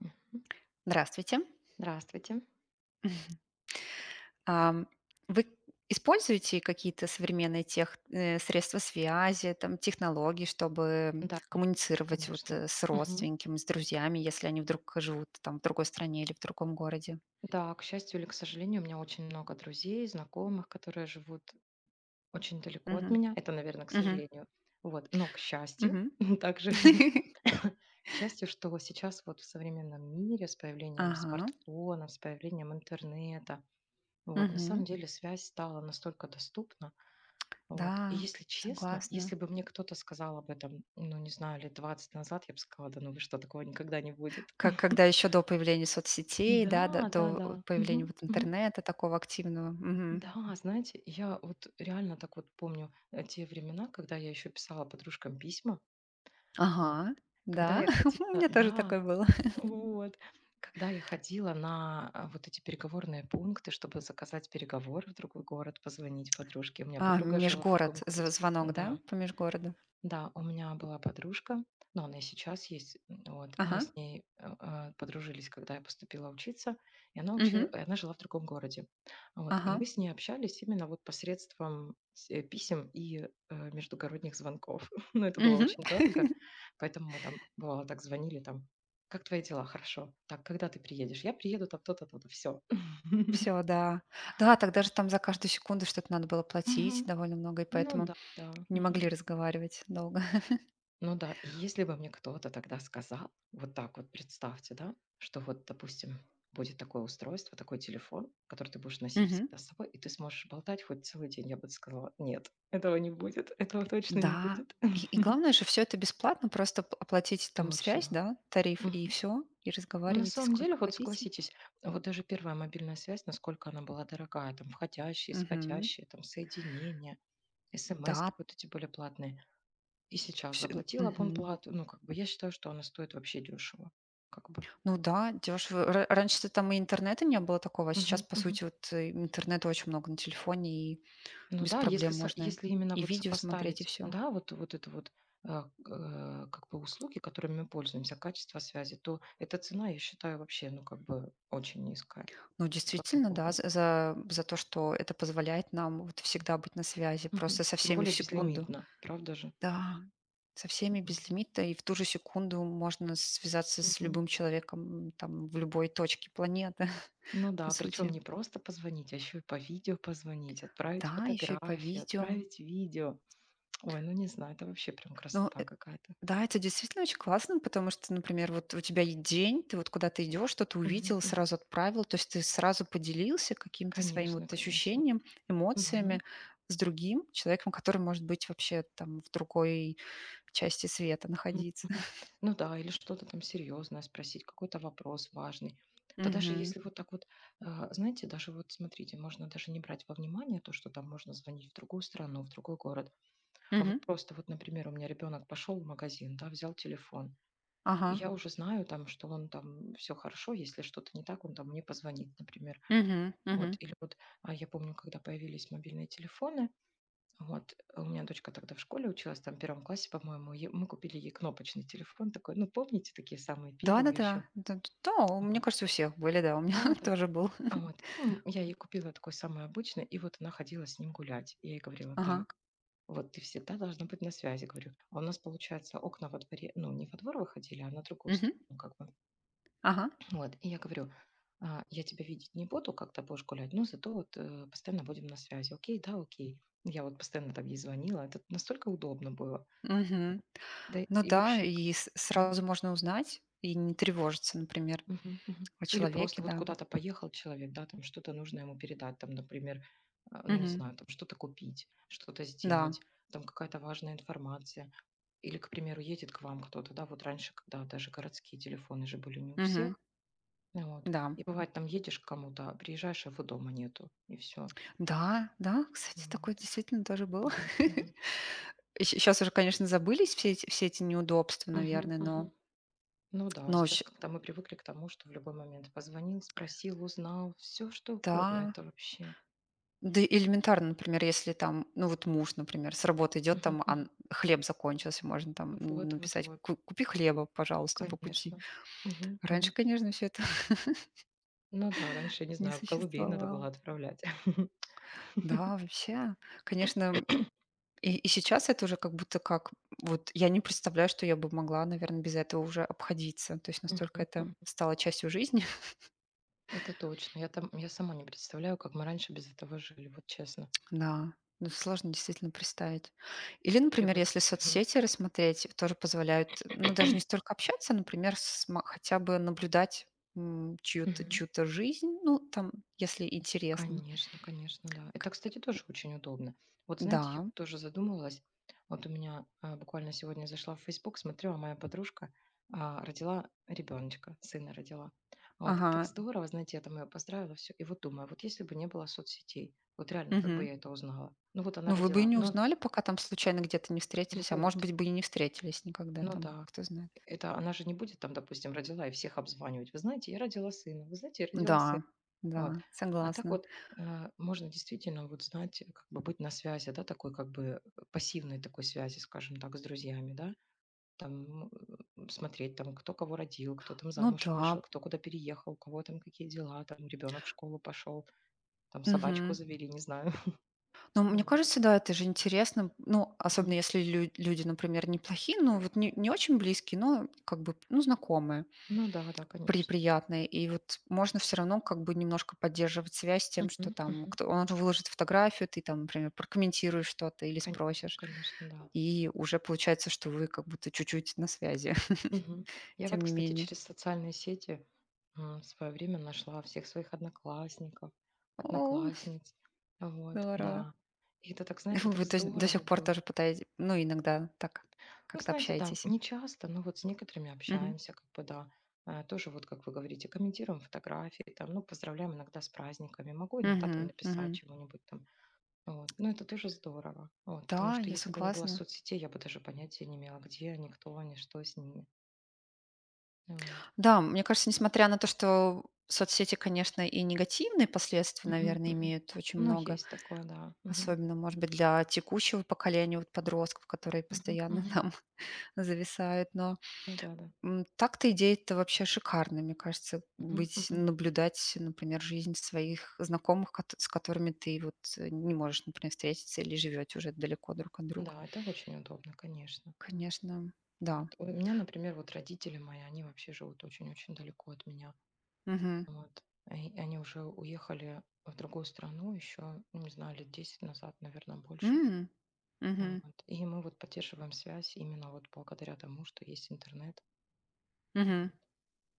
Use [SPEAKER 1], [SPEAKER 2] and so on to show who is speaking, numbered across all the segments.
[SPEAKER 1] Мгм.
[SPEAKER 2] Здравствуйте.
[SPEAKER 1] Здравствуйте.
[SPEAKER 2] Ам, вы используете какие-то современные средства связи, там, технологии, чтобы
[SPEAKER 1] Да,
[SPEAKER 2] коммуницировать вот,
[SPEAKER 1] конечно.
[SPEAKER 2] с
[SPEAKER 1] Мгм.
[SPEAKER 2] родственниками, с друзьями, если они вдруг живут там в другой стране или в другом городе?
[SPEAKER 1] Да, к счастью или к сожалению, у меня очень много друзей, знакомых, которые живут очень далеко от
[SPEAKER 2] Мгм.
[SPEAKER 1] меня. Это, наверное, к
[SPEAKER 2] Мгм.
[SPEAKER 1] сожалению. Вот. Но к счастью,
[SPEAKER 2] Мгм.
[SPEAKER 1] также к счастью, что сейчас вот в современном мире с появлением
[SPEAKER 2] Ага.
[SPEAKER 1] смартфонов, с появлением интернета, вот, на
[SPEAKER 2] Мгм.
[SPEAKER 1] самом деле связь стала настолько доступна. Вот. И
[SPEAKER 2] Да,
[SPEAKER 1] если честно,
[SPEAKER 2] согласна.
[SPEAKER 1] если бы мне кто-то сказал об этом, ну, не знаю, лет 20 назад, я бы сказала, да ну вы что, такого никогда не будет.
[SPEAKER 2] Как когда еще до появления соцсетей, да, да,
[SPEAKER 1] Да,
[SPEAKER 2] до
[SPEAKER 1] да-да.
[SPEAKER 2] вот
[SPEAKER 1] Мгм,
[SPEAKER 2] появления вот
[SPEAKER 1] мгм.
[SPEAKER 2] интернета такого активного. Мгм.
[SPEAKER 1] Да, знаете, я вот реально так вот помню, те времена, когда я еще писала подружкам письма, а,
[SPEAKER 2] Ага,
[SPEAKER 1] когда
[SPEAKER 2] да,
[SPEAKER 1] я
[SPEAKER 2] у
[SPEAKER 1] ходила
[SPEAKER 2] меня тоже
[SPEAKER 1] да,
[SPEAKER 2] такое было.
[SPEAKER 1] вот, когда я ходила на, вот эти переговорные пункты, чтобы заказать переговоры в другой город, позвонить подружке. У меня
[SPEAKER 2] А,
[SPEAKER 1] подруга жила в другом
[SPEAKER 2] межгород зв
[SPEAKER 1] городе.
[SPEAKER 2] звонок, да,
[SPEAKER 1] Да.
[SPEAKER 2] по межгороду?
[SPEAKER 1] Да, у меня была подружка, но она и сейчас есть. Вот. Мы
[SPEAKER 2] Ага.
[SPEAKER 1] с ней подружились, когда я поступила учиться,
[SPEAKER 2] Мгм.
[SPEAKER 1] и она жила в другом городе. Вот. И
[SPEAKER 2] Ага.
[SPEAKER 1] мы с ней общались именно вот посредством писем и междугородних звонков. Но это было
[SPEAKER 2] Все,
[SPEAKER 1] очень дорого, поэтому мы там, бывало, так звонили там, как твои дела? Хорошо. Так, когда ты приедешь? Я приеду там то-то, то-то, все.
[SPEAKER 2] да. Да, тогда же там за каждую секунду что-то надо было платить
[SPEAKER 1] Мгм.
[SPEAKER 2] довольно много, и
[SPEAKER 1] Ну
[SPEAKER 2] поэтому
[SPEAKER 1] да, да.
[SPEAKER 2] не могли
[SPEAKER 1] Мгм.
[SPEAKER 2] разговаривать долго.
[SPEAKER 1] Ну да, и если бы мне кто-то тогда сказал, вот так вот представьте, да, что вот, допустим, будет такое устройство, такой телефон, который ты будешь носить
[SPEAKER 2] Мгм.
[SPEAKER 1] всегда с собой, и ты сможешь болтать хоть целый день, я бы сказала, нет, этого не будет, этого точно не
[SPEAKER 2] Да.
[SPEAKER 1] будет.
[SPEAKER 2] И главное же, все это бесплатно, просто п оплатите там связь,
[SPEAKER 1] Точно.
[SPEAKER 2] да, тариф, и
[SPEAKER 1] Мгм.
[SPEAKER 2] все, и
[SPEAKER 1] На
[SPEAKER 2] разговаривайте
[SPEAKER 1] самом
[SPEAKER 2] сколько
[SPEAKER 1] деле, вот
[SPEAKER 2] хотите.
[SPEAKER 1] согласитесь, вот даже первая мобильная связь, насколько она была дорогая, там входящие,
[SPEAKER 2] Мгм.
[SPEAKER 1] исходящие, там соединения, СМС
[SPEAKER 2] Да,
[SPEAKER 1] вот эти были платные. И сейчас
[SPEAKER 2] всё
[SPEAKER 1] заплатила
[SPEAKER 2] мгм.
[SPEAKER 1] абонплату. Ну, как бы я считаю, что она стоит вообще дешево. Как бы.
[SPEAKER 2] Ну да, дешево. Ра Раньше-то там и интернета не было такого, а сейчас,
[SPEAKER 1] Мгм,
[SPEAKER 2] по
[SPEAKER 1] мгм.
[SPEAKER 2] сути, вот интернета очень много на телефоне, и
[SPEAKER 1] Ну
[SPEAKER 2] без
[SPEAKER 1] да, если,
[SPEAKER 2] проблем можно
[SPEAKER 1] если именно
[SPEAKER 2] и
[SPEAKER 1] вот
[SPEAKER 2] видео смотреть, и
[SPEAKER 1] сопоставить,
[SPEAKER 2] все.
[SPEAKER 1] да, вот это вот а, к- как бы услуги, которыми мы пользуемся, качество связи, то эта цена, я считаю, вообще, ну, как бы очень низкая,
[SPEAKER 2] Ну,
[SPEAKER 1] и слава
[SPEAKER 2] действительно, да,
[SPEAKER 1] богу.
[SPEAKER 2] за то, что это позволяет нам вот всегда быть на связи,
[SPEAKER 1] Мгм.
[SPEAKER 2] просто со
[SPEAKER 1] Тем
[SPEAKER 2] всеми в
[SPEAKER 1] более
[SPEAKER 2] секунду.
[SPEAKER 1] безлимитно, правда же?
[SPEAKER 2] Да, со всеми без
[SPEAKER 1] Вот.
[SPEAKER 2] лимита, и в ту же секунду можно связаться с
[SPEAKER 1] Мгм.
[SPEAKER 2] любым человеком, м, там, в любой точке планеты,
[SPEAKER 1] Ну
[SPEAKER 2] по
[SPEAKER 1] да, причем
[SPEAKER 2] сути.
[SPEAKER 1] не просто позвонить, а еще и по видео позвонить, отправить
[SPEAKER 2] Да, еще и по
[SPEAKER 1] фотографии,
[SPEAKER 2] видео.
[SPEAKER 1] отправить видео. Ой, ну не знаю, это вообще прям
[SPEAKER 2] Но
[SPEAKER 1] красота
[SPEAKER 2] э
[SPEAKER 1] какая-то.
[SPEAKER 2] Да, это действительно очень классно, потому что, например, вот у тебя есть день, ты вот куда-то идешь, что-то
[SPEAKER 1] Мгм,
[SPEAKER 2] увидел,
[SPEAKER 1] мгм.
[SPEAKER 2] сразу отправил, то есть ты сразу поделился каким-то своим
[SPEAKER 1] Конечно,
[SPEAKER 2] вот
[SPEAKER 1] конечно.
[SPEAKER 2] ощущением, эмоциями
[SPEAKER 1] Мгм,
[SPEAKER 2] с другим человеком, который может быть вообще там в другой части света
[SPEAKER 1] мгм,
[SPEAKER 2] находиться.
[SPEAKER 1] мгм. Ну да, или что-то там серьезное спросить, какой-то вопрос важный. Да даже
[SPEAKER 2] Мгм.
[SPEAKER 1] если вот так вот, знаете, даже вот смотрите, можно даже не брать во внимание то, что там можно звонить в другую страну, в другой город. А вот
[SPEAKER 2] Мгм.
[SPEAKER 1] просто вот, например, у меня ребенок пошел в магазин, да, взял телефон. И
[SPEAKER 2] Ага.
[SPEAKER 1] я уже знаю там, что он там все хорошо, если что-то не так, он там мне позвонит, например.
[SPEAKER 2] Мгм.
[SPEAKER 1] Вот,
[SPEAKER 2] Мгм.
[SPEAKER 1] или вот я помню, когда появились мобильные телефоны. Вот, у меня дочка тогда в школе училась, там в первом классе, по-моему, мы купили ей кнопочный телефон такой, ну, помните, такие самые
[SPEAKER 2] Да-да-да.
[SPEAKER 1] первые
[SPEAKER 2] Да,
[SPEAKER 1] еще.
[SPEAKER 2] да. Да, да, мне
[SPEAKER 1] Вот.
[SPEAKER 2] кажется, у всех были, да, у меня
[SPEAKER 1] Да, да.
[SPEAKER 2] тоже был.
[SPEAKER 1] А вот. И я ей купила такой самый обычный, и вот она ходила с ним гулять. Я ей говорила,
[SPEAKER 2] Ага.
[SPEAKER 1] так, вот ты всегда должна быть на связи, говорю. А у нас, получается, окна во дворе, ну, не во двор выходили, а на другую
[SPEAKER 2] Мгм.
[SPEAKER 1] сторону как бы.
[SPEAKER 2] Ага.
[SPEAKER 1] Вот, и я говорю, «А, я тебя видеть не буду, когда будешь гулять, но зато вот постоянно будем на связи. Окей, да, окей. Я вот постоянно там ей звонила, это настолько удобно было.
[SPEAKER 2] Мгм.
[SPEAKER 1] Да и
[SPEAKER 2] Ну
[SPEAKER 1] и
[SPEAKER 2] да,
[SPEAKER 1] вообще. К
[SPEAKER 2] и
[SPEAKER 1] Мгм.
[SPEAKER 2] сразу можно узнать и не тревожиться, например.
[SPEAKER 1] Мгм. Мгм.
[SPEAKER 2] О
[SPEAKER 1] Или
[SPEAKER 2] человеке,
[SPEAKER 1] просто вот
[SPEAKER 2] да.
[SPEAKER 1] куда-то поехал человек, да, там что-то нужно ему передать, там, например, ну, не
[SPEAKER 2] Мгм.
[SPEAKER 1] знаю, там что-то купить, что-то
[SPEAKER 2] Да.
[SPEAKER 1] сделать, там какая-то важная информация. Или, к примеру, едет к вам кто-то, да, вот раньше, когда даже городские телефоны же были не у
[SPEAKER 2] Мгм.
[SPEAKER 1] всех, вот,
[SPEAKER 2] Да.
[SPEAKER 1] и бывает, там едешь к кому-то, а приезжаешь, а его дома нету, и все.
[SPEAKER 2] Да, да, кстати, такое
[SPEAKER 1] Вот.
[SPEAKER 2] действительно тоже было.
[SPEAKER 1] Мгм, мгм,
[SPEAKER 2] Сейчас уже, конечно, забылись все эти неудобства,
[SPEAKER 1] мгм,
[SPEAKER 2] наверное, но,
[SPEAKER 1] мгм. Ну да, сейчас
[SPEAKER 2] ночь
[SPEAKER 1] как-то мы привыкли к тому, что в любой момент позвонил, спросил, узнал, все что угодно,
[SPEAKER 2] да,
[SPEAKER 1] это вообще.
[SPEAKER 2] да и элементарно, например, если там, ну вот муж, например, с работы идет,
[SPEAKER 1] Мгм,
[SPEAKER 2] там а,
[SPEAKER 1] мгм.
[SPEAKER 2] хлеб закончился, можно там
[SPEAKER 1] Вот вот
[SPEAKER 2] написать:
[SPEAKER 1] вот,
[SPEAKER 2] Купи хлеба, пожалуйста, по пути».
[SPEAKER 1] конечно. Мгм,
[SPEAKER 2] Раньше,
[SPEAKER 1] мгм.
[SPEAKER 2] конечно, все это
[SPEAKER 1] Ну да, раньше, не
[SPEAKER 2] не
[SPEAKER 1] знаю, голубей надо было
[SPEAKER 2] существовало.
[SPEAKER 1] отправлять.
[SPEAKER 2] Да, вообще, конечно, и сейчас это уже как будто как вот я не представляю, что я бы могла, наверное, без этого уже обходиться. То есть настолько
[SPEAKER 1] Мгм,
[SPEAKER 2] это
[SPEAKER 1] мгм.
[SPEAKER 2] стало частью жизни.
[SPEAKER 1] Это точно. Я там я сама не представляю, как мы раньше без этого жили, вот честно.
[SPEAKER 2] Да, ну, сложно действительно представить. Или,
[SPEAKER 1] Или
[SPEAKER 2] например,
[SPEAKER 1] вот.
[SPEAKER 2] если
[SPEAKER 1] Мгм,
[SPEAKER 2] соцсети рассмотреть, тоже позволяют, ну, даже не столько общаться, например, с ма хотя бы наблюдать, м, чью-то
[SPEAKER 1] мгм.
[SPEAKER 2] чью-то жизнь, ну, там, если интересно.
[SPEAKER 1] Конечно, конечно, да.
[SPEAKER 2] К
[SPEAKER 1] Это, кстати, тоже очень удобно. Вот знаете, я
[SPEAKER 2] Да,
[SPEAKER 1] тоже задумывалась. Вот у меня буквально сегодня зашла в Facebook, смотрю, а моя подружка родила ребеночка, сына родила. Вот, и так
[SPEAKER 2] ага,
[SPEAKER 1] здорово, знаете, я там ее поздравила, все. И вот думаю, вот если бы не было соцсетей, вот реально, как бы
[SPEAKER 2] мгм.
[SPEAKER 1] я это узнала? Ну вот она
[SPEAKER 2] Ну, вы бы и
[SPEAKER 1] родила.
[SPEAKER 2] не
[SPEAKER 1] Но
[SPEAKER 2] узнали, пока там случайно где-то не встретились, а может
[SPEAKER 1] вот,
[SPEAKER 2] быть, бы и не встретились никогда
[SPEAKER 1] ну
[SPEAKER 2] там,
[SPEAKER 1] да.
[SPEAKER 2] кто знает.
[SPEAKER 1] Это она же не будет там, допустим, родила и всех обзванивать. Вы знаете, я родила сына. Вы знаете, я родила сына.
[SPEAKER 2] Да,
[SPEAKER 1] Вот.
[SPEAKER 2] да,
[SPEAKER 1] А так
[SPEAKER 2] согласна.
[SPEAKER 1] вот, можно действительно вот знать, как бы быть на связи, да, такой как бы пассивной такой связи, скажем так, с друзьями, да, там смотреть, там, кто кого родил, кто там
[SPEAKER 2] Ну
[SPEAKER 1] замуж
[SPEAKER 2] да,
[SPEAKER 1] вышел, кто куда переехал, у кого там какие дела, там ребенок в школу пошел, там собачку
[SPEAKER 2] мгм.
[SPEAKER 1] завели, не знаю.
[SPEAKER 2] Но мне
[SPEAKER 1] Вот.
[SPEAKER 2] кажется, да, это же интересно, ну, особенно
[SPEAKER 1] Мгм.
[SPEAKER 2] если люди, например, неплохие, ну, вот не, не очень близкие, но как бы, ну, знакомые,
[SPEAKER 1] Ну да, да, конечно.
[SPEAKER 2] приятные. И вот можно все равно как бы немножко поддерживать связь тем,
[SPEAKER 1] Мгм,
[SPEAKER 2] что там
[SPEAKER 1] мгм.
[SPEAKER 2] кто, он же выложит фотографию, ты там, например, прокомментируешь что-то или
[SPEAKER 1] Конечно,
[SPEAKER 2] спросишь.
[SPEAKER 1] конечно, да.
[SPEAKER 2] И уже получается, что вы как будто чуть-чуть на связи,
[SPEAKER 1] Мгм. Я вот,
[SPEAKER 2] тем не
[SPEAKER 1] кстати,
[SPEAKER 2] менее.
[SPEAKER 1] через социальные сети, в свое время нашла всех своих одноклассников,
[SPEAKER 2] О,
[SPEAKER 1] одноклассниц. Вот,
[SPEAKER 2] здорово.
[SPEAKER 1] да. И это так, знаете, так
[SPEAKER 2] Вы то есть до сих
[SPEAKER 1] здорово
[SPEAKER 2] пор
[SPEAKER 1] было.
[SPEAKER 2] тоже пытаетесь, ну, иногда так
[SPEAKER 1] Ну,
[SPEAKER 2] как-то
[SPEAKER 1] знаете, да,
[SPEAKER 2] общаетесь?
[SPEAKER 1] не часто, но вот с некоторыми
[SPEAKER 2] Мгм.
[SPEAKER 1] общаемся, как бы, да. Тоже вот, как вы говорите, комментируем фотографии, там, ну, поздравляем иногда с праздниками. Могу иногда там
[SPEAKER 2] Мгм, мгм.
[SPEAKER 1] написать чего-нибудь там. Вот. Но это тоже здорово. Вот, потому
[SPEAKER 2] Да,
[SPEAKER 1] что
[SPEAKER 2] я
[SPEAKER 1] если бы не было
[SPEAKER 2] согласна.
[SPEAKER 1] соцсетей, я бы даже понятия не имела, где они, кто они, что с ними. Вот.
[SPEAKER 2] Да, мне кажется, несмотря на то, что соцсети, конечно, и негативные последствия,
[SPEAKER 1] Мгм,
[SPEAKER 2] наверное,
[SPEAKER 1] мгм.
[SPEAKER 2] имеют очень
[SPEAKER 1] Ну,
[SPEAKER 2] много,
[SPEAKER 1] есть такое, да. Мгм,
[SPEAKER 2] особенно, может быть, для текущего поколения вот подростков, которые
[SPEAKER 1] мгм,
[SPEAKER 2] постоянно
[SPEAKER 1] мгм.
[SPEAKER 2] там зависают, но
[SPEAKER 1] Ну да-да.
[SPEAKER 2] Так-то идеи-то вообще шикарные, мне кажется,
[SPEAKER 1] Мгм,
[SPEAKER 2] быть
[SPEAKER 1] мгм.
[SPEAKER 2] наблюдать, например, жизнь своих знакомых, кот с которыми ты вот не можешь, например, встретиться или живете уже далеко друг от друга.
[SPEAKER 1] Да, это очень удобно, конечно.
[SPEAKER 2] Конечно, да.
[SPEAKER 1] Вот. У меня, например, вот родители мои, они вообще живут очень-очень далеко от меня.
[SPEAKER 2] Мгм.
[SPEAKER 1] Вот. И они уже уехали в другую страну еще, не знаю, лет 10 назад, наверное, больше.
[SPEAKER 2] М. Мгм.
[SPEAKER 1] Вот. И мы вот поддерживаем связь именно вот благодаря тому, что есть интернет.
[SPEAKER 2] Мгм.
[SPEAKER 1] Вот.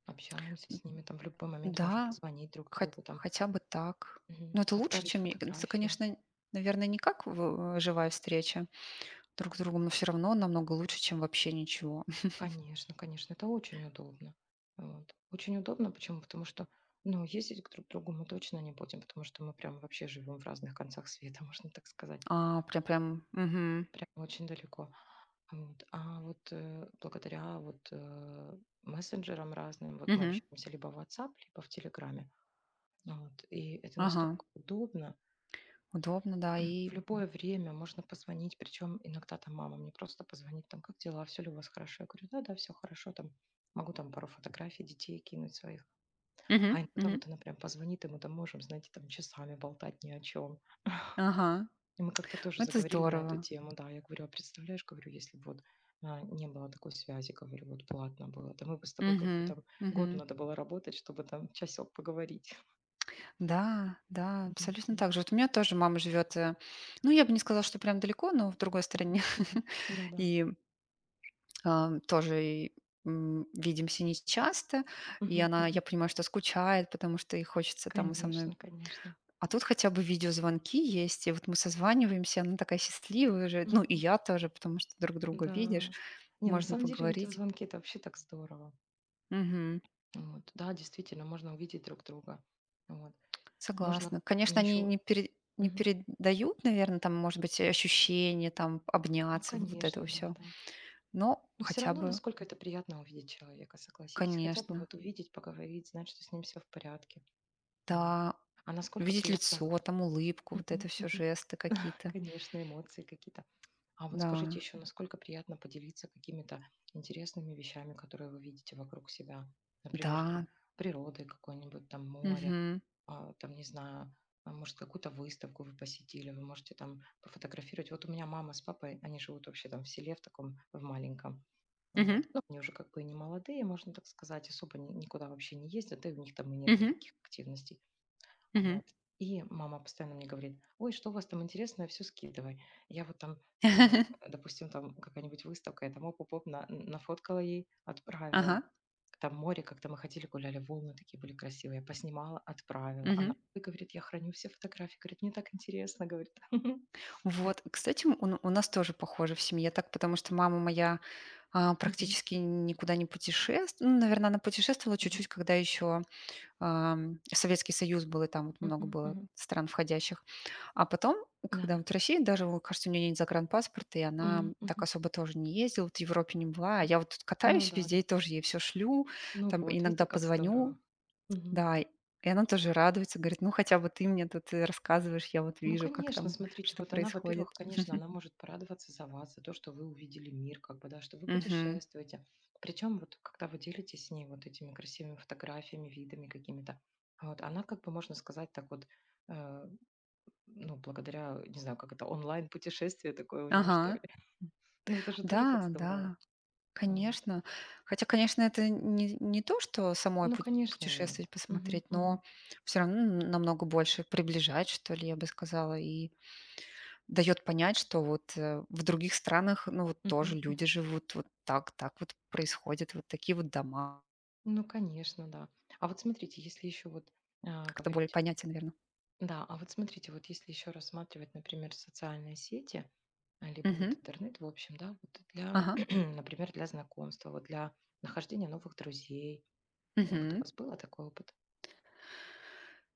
[SPEAKER 1] Общаемся с ними, там в любой момент можем
[SPEAKER 2] Да,
[SPEAKER 1] позвонить друг другу, там,
[SPEAKER 2] хотя бы так. Но это лучше,
[SPEAKER 1] отправить
[SPEAKER 2] чем е это,
[SPEAKER 1] фотографии.
[SPEAKER 2] конечно, наверное, не как в живая встреча друг с другом, но все равно намного лучше, чем вообще ничего.
[SPEAKER 1] Конечно, конечно, это очень удобно. Вот. Очень удобно, почему? Потому что, ну, ездить к друг другу мы точно не будем, потому что мы прям вообще живем в разных концах света, можно так сказать.
[SPEAKER 2] А, прям. Мгм.
[SPEAKER 1] Прям очень далеко. Вот. А вот благодаря вот мессенджерам разным, вот мы
[SPEAKER 2] Мгм.
[SPEAKER 1] общаемся либо в WhatsApp, либо в Телеграме. Вот. И это
[SPEAKER 2] Ага.
[SPEAKER 1] настолько удобно,
[SPEAKER 2] Удобно, да,
[SPEAKER 1] в
[SPEAKER 2] и
[SPEAKER 1] любое время можно позвонить, причем иногда там мама мне просто позвонит, там, как дела, все ли у вас хорошо? Я говорю, да, да, все хорошо, там, могу там пару фотографий детей кинуть своих.
[SPEAKER 2] мгм,
[SPEAKER 1] А иногда
[SPEAKER 2] мгм.
[SPEAKER 1] вот она прям позвонит, и мы там можем, знаете, там часами болтать ни о чем.
[SPEAKER 2] Ага,
[SPEAKER 1] И мы как-то тоже
[SPEAKER 2] это
[SPEAKER 1] заговорили на эту
[SPEAKER 2] здорово.
[SPEAKER 1] тему, да, я говорю, а представляешь, говорю, если бы вот не было такой связи, говорю, вот платно было, да мы бы с тобой, говорю,
[SPEAKER 2] Мгм,
[SPEAKER 1] там год
[SPEAKER 2] мгм.
[SPEAKER 1] надо было работать, чтобы там часок поговорить.
[SPEAKER 2] Да, да, абсолютно
[SPEAKER 1] Мгм.
[SPEAKER 2] так же. Вот у меня тоже мама живет, ну, я бы не сказала, что прям далеко, но в другой
[SPEAKER 1] Мгм.
[SPEAKER 2] стране.
[SPEAKER 1] Мгм. Да-да.
[SPEAKER 2] И тоже, видимся нечасто. И
[SPEAKER 1] Мгм.
[SPEAKER 2] она, я
[SPEAKER 1] Мгм.
[SPEAKER 2] понимаю, что скучает, потому что ей хочется там со мной.
[SPEAKER 1] Конечно, конечно.
[SPEAKER 2] А тут хотя бы видеозвонки есть, и вот мы созваниваемся, она такая счастливая уже. Ну, и
[SPEAKER 1] Мгм.
[SPEAKER 2] я тоже, потому что друг друга
[SPEAKER 1] Да.
[SPEAKER 2] видишь,
[SPEAKER 1] Не, на
[SPEAKER 2] можно
[SPEAKER 1] самом деле
[SPEAKER 2] поговорить.
[SPEAKER 1] видеозвонки — это вообще так здорово. Вот. Да, действительно, можно увидеть друг друга. Вот. Можно
[SPEAKER 2] Согласна.
[SPEAKER 1] вот мне
[SPEAKER 2] Конечно, они
[SPEAKER 1] еще.
[SPEAKER 2] не передают, наверное, там, может быть, ощущения, там,
[SPEAKER 1] Ну,
[SPEAKER 2] обняться, вот этого
[SPEAKER 1] конечно, да,
[SPEAKER 2] все.
[SPEAKER 1] да.
[SPEAKER 2] Но
[SPEAKER 1] Но все
[SPEAKER 2] хотя
[SPEAKER 1] равно,
[SPEAKER 2] бы,
[SPEAKER 1] насколько это приятно увидеть человека, согласитесь. Хотя бы
[SPEAKER 2] конечно,
[SPEAKER 1] вот увидеть, поговорить, знать, что с ним все в порядке. Вот.
[SPEAKER 2] да,
[SPEAKER 1] А насколько
[SPEAKER 2] видеть
[SPEAKER 1] приятно вот.
[SPEAKER 2] лицо, там, улыбку, вот это
[SPEAKER 1] Мгм.
[SPEAKER 2] все
[SPEAKER 1] Мгм.
[SPEAKER 2] жесты какие-то.
[SPEAKER 1] Конечно, эмоции какие-то. А вот
[SPEAKER 2] Да,
[SPEAKER 1] скажите еще, насколько приятно поделиться какими-то интересными вещами, которые вы видите вокруг себя? Например,
[SPEAKER 2] да,
[SPEAKER 1] там природой какой-нибудь, там море,
[SPEAKER 2] мгм,
[SPEAKER 1] там, не знаю, может, какую-то выставку вы посетили, вы можете там пофотографировать. Вот у меня мама с папой, они живут вообще там в селе в таком, в маленьком.
[SPEAKER 2] мгм,
[SPEAKER 1] Вот. Ну, они уже как бы и не молодые, можно так сказать, особо никуда вообще не ездят, да и у них там и нет
[SPEAKER 2] мгм,
[SPEAKER 1] никаких активностей.
[SPEAKER 2] мгм.
[SPEAKER 1] Вот. И мама постоянно мне говорит: «Ой, что у вас там интересное, все скидывай». Я вот там, э, допустим, там какая-нибудь выставка, я там оп-оп-оп на нафоткала ей,
[SPEAKER 2] Ага,
[SPEAKER 1] отправила. Там море, как-то мы ходили, гуляли, волны такие были красивые. Я поснимала, отправила.
[SPEAKER 2] мгм.
[SPEAKER 1] Она: «Ой, — говорит, — я храню все фотографии, — говорит, — мне так интересно, — говорит».
[SPEAKER 2] Вот, кстати, у нас тоже похоже в семье так, потому что мама моя,
[SPEAKER 1] Мгм.
[SPEAKER 2] практически никуда не путешествует. Ну, наверно, она путешествовала
[SPEAKER 1] Мгм.
[SPEAKER 2] чуть-чуть, когда еще Советский Союз был, и там вот много
[SPEAKER 1] Мгм.
[SPEAKER 2] было
[SPEAKER 1] Мгм.
[SPEAKER 2] стран входящих. А потом, когда
[SPEAKER 1] Да-да.
[SPEAKER 2] вот Россия, даже, вот, кажется, у нее нет загранпаспорта, и она
[SPEAKER 1] Мгм.
[SPEAKER 2] так
[SPEAKER 1] Мгм.
[SPEAKER 2] особо тоже не ездила, вот в Европе не была. А
[SPEAKER 1] Мгм.
[SPEAKER 2] я вот тут
[SPEAKER 1] Ну
[SPEAKER 2] катаюсь
[SPEAKER 1] да,
[SPEAKER 2] везде,
[SPEAKER 1] да.
[SPEAKER 2] и тоже ей все шлю,
[SPEAKER 1] Ну
[SPEAKER 2] там
[SPEAKER 1] вот,
[SPEAKER 2] иногда
[SPEAKER 1] видите, как
[SPEAKER 2] позвоню,
[SPEAKER 1] здорово.
[SPEAKER 2] да, и она тоже радуется, говорит, ну хотя бы ты мне тут рассказываешь, я вот
[SPEAKER 1] Ну,
[SPEAKER 2] вижу, как
[SPEAKER 1] конечно,
[SPEAKER 2] там,
[SPEAKER 1] смотрите,
[SPEAKER 2] что
[SPEAKER 1] вот она,
[SPEAKER 2] происходит.
[SPEAKER 1] во-первых, конечно, она может порадоваться за вас, за то, что вы увидели мир, как бы, да, что вы
[SPEAKER 2] Мгм.
[SPEAKER 1] путешествуете. Причем вот когда вы делитесь с ней вот этими красивыми фотографиями, видами какими-то, а вот, она как бы, можно сказать, так вот, э, ну, благодаря, не знаю, как это, онлайн-путешествие такое у нее, что
[SPEAKER 2] Ага.
[SPEAKER 1] ли. Ну, это же тоже как
[SPEAKER 2] Да,
[SPEAKER 1] здорово.
[SPEAKER 2] да.
[SPEAKER 1] Вот.
[SPEAKER 2] Конечно. Хотя, конечно, это не то, что самой
[SPEAKER 1] Ну,
[SPEAKER 2] пу
[SPEAKER 1] конечно, нет.
[SPEAKER 2] путешествовать, посмотреть,
[SPEAKER 1] Мгм,
[SPEAKER 2] но
[SPEAKER 1] мгм,
[SPEAKER 2] все равно н намного больше приближает, что ли, я бы сказала, и дает понять, что вот, в других странах, ну, вот тоже
[SPEAKER 1] мгм, мгм.
[SPEAKER 2] люди живут вот так, так вот происходит, вот такие вот дома.
[SPEAKER 1] Ну, конечно, да. А вот смотрите, если еще вот
[SPEAKER 2] Как-то более
[SPEAKER 1] говорить.
[SPEAKER 2] понятен, наверно.
[SPEAKER 1] Да, а вот смотрите, вот если еще рассматривать, например, социальные сети, либо
[SPEAKER 2] Мгм.
[SPEAKER 1] вот интернет, в общем, да, вот для,
[SPEAKER 2] Ага.
[SPEAKER 1] например, для знакомства, вот для нахождения новых друзей. Ну, вот у
[SPEAKER 2] Мгм.
[SPEAKER 1] вас было такой опыт?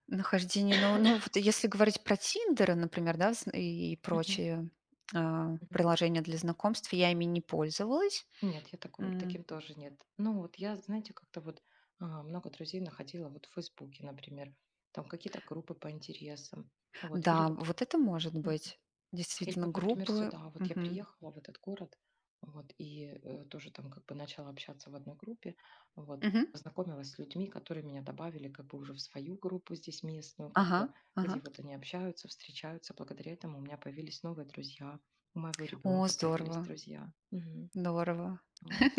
[SPEAKER 2] Нахождение, но, ну, вот если говорить про «Тиндеры», например, да, с и
[SPEAKER 1] Мгм.
[SPEAKER 2] прочие,
[SPEAKER 1] Мгм.
[SPEAKER 2] приложения для знакомств, я ими не пользовалась.
[SPEAKER 1] Нет, я таким тоже нет. Ну вот я, знаете, как-то вот много друзей находила вот в Фейсбуке, например, там какие-то группы по интересам, вот, или
[SPEAKER 2] Да,
[SPEAKER 1] вот
[SPEAKER 2] вот это может быть.
[SPEAKER 1] Или
[SPEAKER 2] Действительно,
[SPEAKER 1] вот, например,
[SPEAKER 2] группы.
[SPEAKER 1] сюда, вот я
[SPEAKER 2] Мгм.
[SPEAKER 1] приехала в этот город, вот, и тоже там как бы начала общаться в одной группе, вот,
[SPEAKER 2] Мгм.
[SPEAKER 1] познакомилась с людьми, которые меня добавили как бы уже в свою группу здесь местную, как
[SPEAKER 2] Ага,
[SPEAKER 1] бы,
[SPEAKER 2] ага.
[SPEAKER 1] где вот они общаются, встречаются, благодаря этому у меня появились новые друзья, у моего
[SPEAKER 2] О,
[SPEAKER 1] ребенка появились
[SPEAKER 2] здорово,
[SPEAKER 1] друзья. Мгм.
[SPEAKER 2] здорово.
[SPEAKER 1] Вот.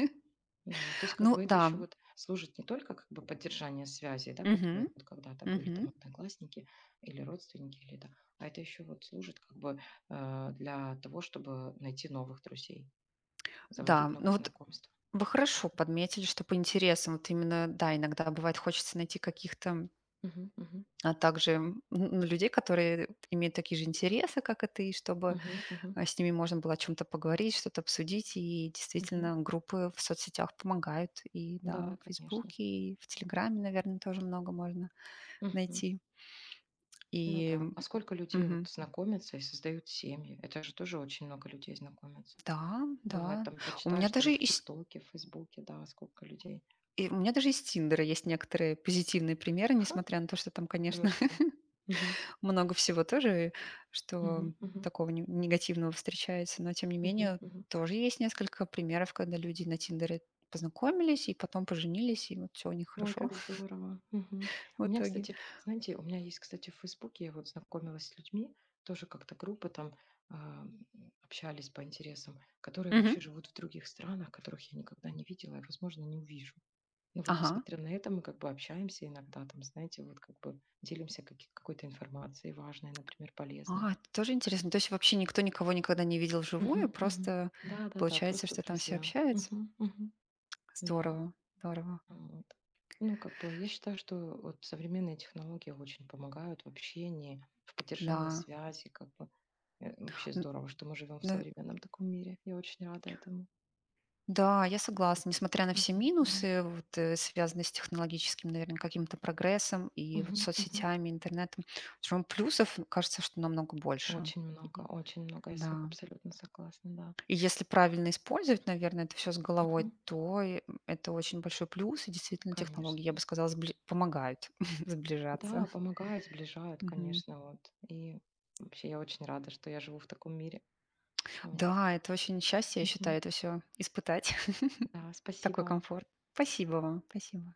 [SPEAKER 1] Да, то есть как
[SPEAKER 2] Ну
[SPEAKER 1] бы это еще
[SPEAKER 2] да.
[SPEAKER 1] вот служит не только как бы поддержание связей, да, которые
[SPEAKER 2] Мгм.
[SPEAKER 1] вот когда-то были
[SPEAKER 2] Мгм.
[SPEAKER 1] там одноклассники или родственники, или да, а это еще вот служит как бы для того, чтобы найти новых друзей, заводить
[SPEAKER 2] Да, ну
[SPEAKER 1] новые
[SPEAKER 2] вот
[SPEAKER 1] знакомства.
[SPEAKER 2] вы хорошо подметили, что по интересам, вот именно, да, иногда бывает хочется найти каких-то,
[SPEAKER 1] Мгм, мгм,
[SPEAKER 2] а также ну, людей, которые имеют такие же интересы, как и ты, чтобы
[SPEAKER 1] мгм, мгм,
[SPEAKER 2] а с ними можно было о чем то поговорить, что-то обсудить. И
[SPEAKER 1] мгм.
[SPEAKER 2] действительно, группы в соцсетях помогают. И да,
[SPEAKER 1] Да,
[SPEAKER 2] в
[SPEAKER 1] конечно.
[SPEAKER 2] «Фейсбуке», и в «Телеграме», наверное тоже много можно
[SPEAKER 1] Мгм.
[SPEAKER 2] найти.
[SPEAKER 1] Ну
[SPEAKER 2] И
[SPEAKER 1] да. А сколько людей вот
[SPEAKER 2] мгм.
[SPEAKER 1] знакомятся и создают семьи? Это же тоже очень много людей знакомятся.
[SPEAKER 2] Да,
[SPEAKER 1] Бывает,
[SPEAKER 2] да.
[SPEAKER 1] там
[SPEAKER 2] У меня
[SPEAKER 1] почитаешь там
[SPEAKER 2] даже
[SPEAKER 1] в
[SPEAKER 2] из
[SPEAKER 1] ТикТоке, в Фейсбуке, да, сколько людей.
[SPEAKER 2] у меня даже из «Тиндера» есть некоторые позитивные примеры,
[SPEAKER 1] Ха,
[SPEAKER 2] несмотря на то, что там,
[SPEAKER 1] думаешь,
[SPEAKER 2] конечно,
[SPEAKER 1] что? Мгм.
[SPEAKER 2] много всего тоже, что
[SPEAKER 1] Мгм, мгм,
[SPEAKER 2] такого не негативного встречается. Но тем не
[SPEAKER 1] мгм,
[SPEAKER 2] менее,
[SPEAKER 1] мгм.
[SPEAKER 2] тоже есть несколько примеров, когда люди на «Тиндере» познакомились и потом поженились, и вот всё у них
[SPEAKER 1] Ой,
[SPEAKER 2] хорошо
[SPEAKER 1] как здорово. Мгм.
[SPEAKER 2] в
[SPEAKER 1] У меня,
[SPEAKER 2] итоге.
[SPEAKER 1] кстати, знаете, у меня есть, кстати, в Фейсбуке я вот знакомилась с людьми, тоже как-то группы там а, м, общались по интересам, которые вообще
[SPEAKER 2] Мгм.
[SPEAKER 1] живут в других странах, которых я никогда не видела и, возможно, не увижу. Но вот
[SPEAKER 2] Ага.
[SPEAKER 1] несмотря на это, мы как бы общаемся иногда, там, знаете, вот как бы делимся какой-то информацией важной, например, полезной.
[SPEAKER 2] А, это тоже интересно. То есть вообще никто никого никогда не видел вживую,
[SPEAKER 1] Мгм, мгм.
[SPEAKER 2] просто
[SPEAKER 1] Да, да, да,
[SPEAKER 2] получается,
[SPEAKER 1] просто
[SPEAKER 2] что там все
[SPEAKER 1] друзья.
[SPEAKER 2] общаются?
[SPEAKER 1] Мгм, мгм. Да.
[SPEAKER 2] Здорово, здорово.
[SPEAKER 1] Вот. Ну, как бы, я считаю, что вот современные технологии очень помогают в общении, в поддержании
[SPEAKER 2] Да.
[SPEAKER 1] связи, как бы. Вообще
[SPEAKER 2] Н-
[SPEAKER 1] здорово, что мы живем в
[SPEAKER 2] н-
[SPEAKER 1] современном таком мире. Я очень рада этому.
[SPEAKER 2] Да, я согласна. Несмотря на все
[SPEAKER 1] Мгм, мгм,
[SPEAKER 2] минусы, вот, связанные с технологическим, наверное, каким-то прогрессом и вот
[SPEAKER 1] мгм, мгм.
[SPEAKER 2] соцсетями, интернетом, всё равно плюсов, кажется, что намного больше.
[SPEAKER 1] Очень много,
[SPEAKER 2] И-
[SPEAKER 1] очень много. Я с вами
[SPEAKER 2] Да.
[SPEAKER 1] абсолютно согласна, да.
[SPEAKER 2] И если правильно использовать, наверное, это все с головой,
[SPEAKER 1] Мгм.
[SPEAKER 2] то и, это очень большой плюс. И действительно, технологии,
[SPEAKER 1] Конечно.
[SPEAKER 2] я бы сказала, сбли помогают
[SPEAKER 1] Да,
[SPEAKER 2] сближаться.
[SPEAKER 1] помогают, сближают,
[SPEAKER 2] Мгм.
[SPEAKER 1] конечно, вот. И вообще я очень рада, что я живу в таком мире. Вот.
[SPEAKER 2] Да, это очень счастье, я
[SPEAKER 1] Мгм.
[SPEAKER 2] считаю, это все испытать.
[SPEAKER 1] Да,
[SPEAKER 2] Такой
[SPEAKER 1] спасибо.
[SPEAKER 2] комфорт. Спасибо вам. Спасибо.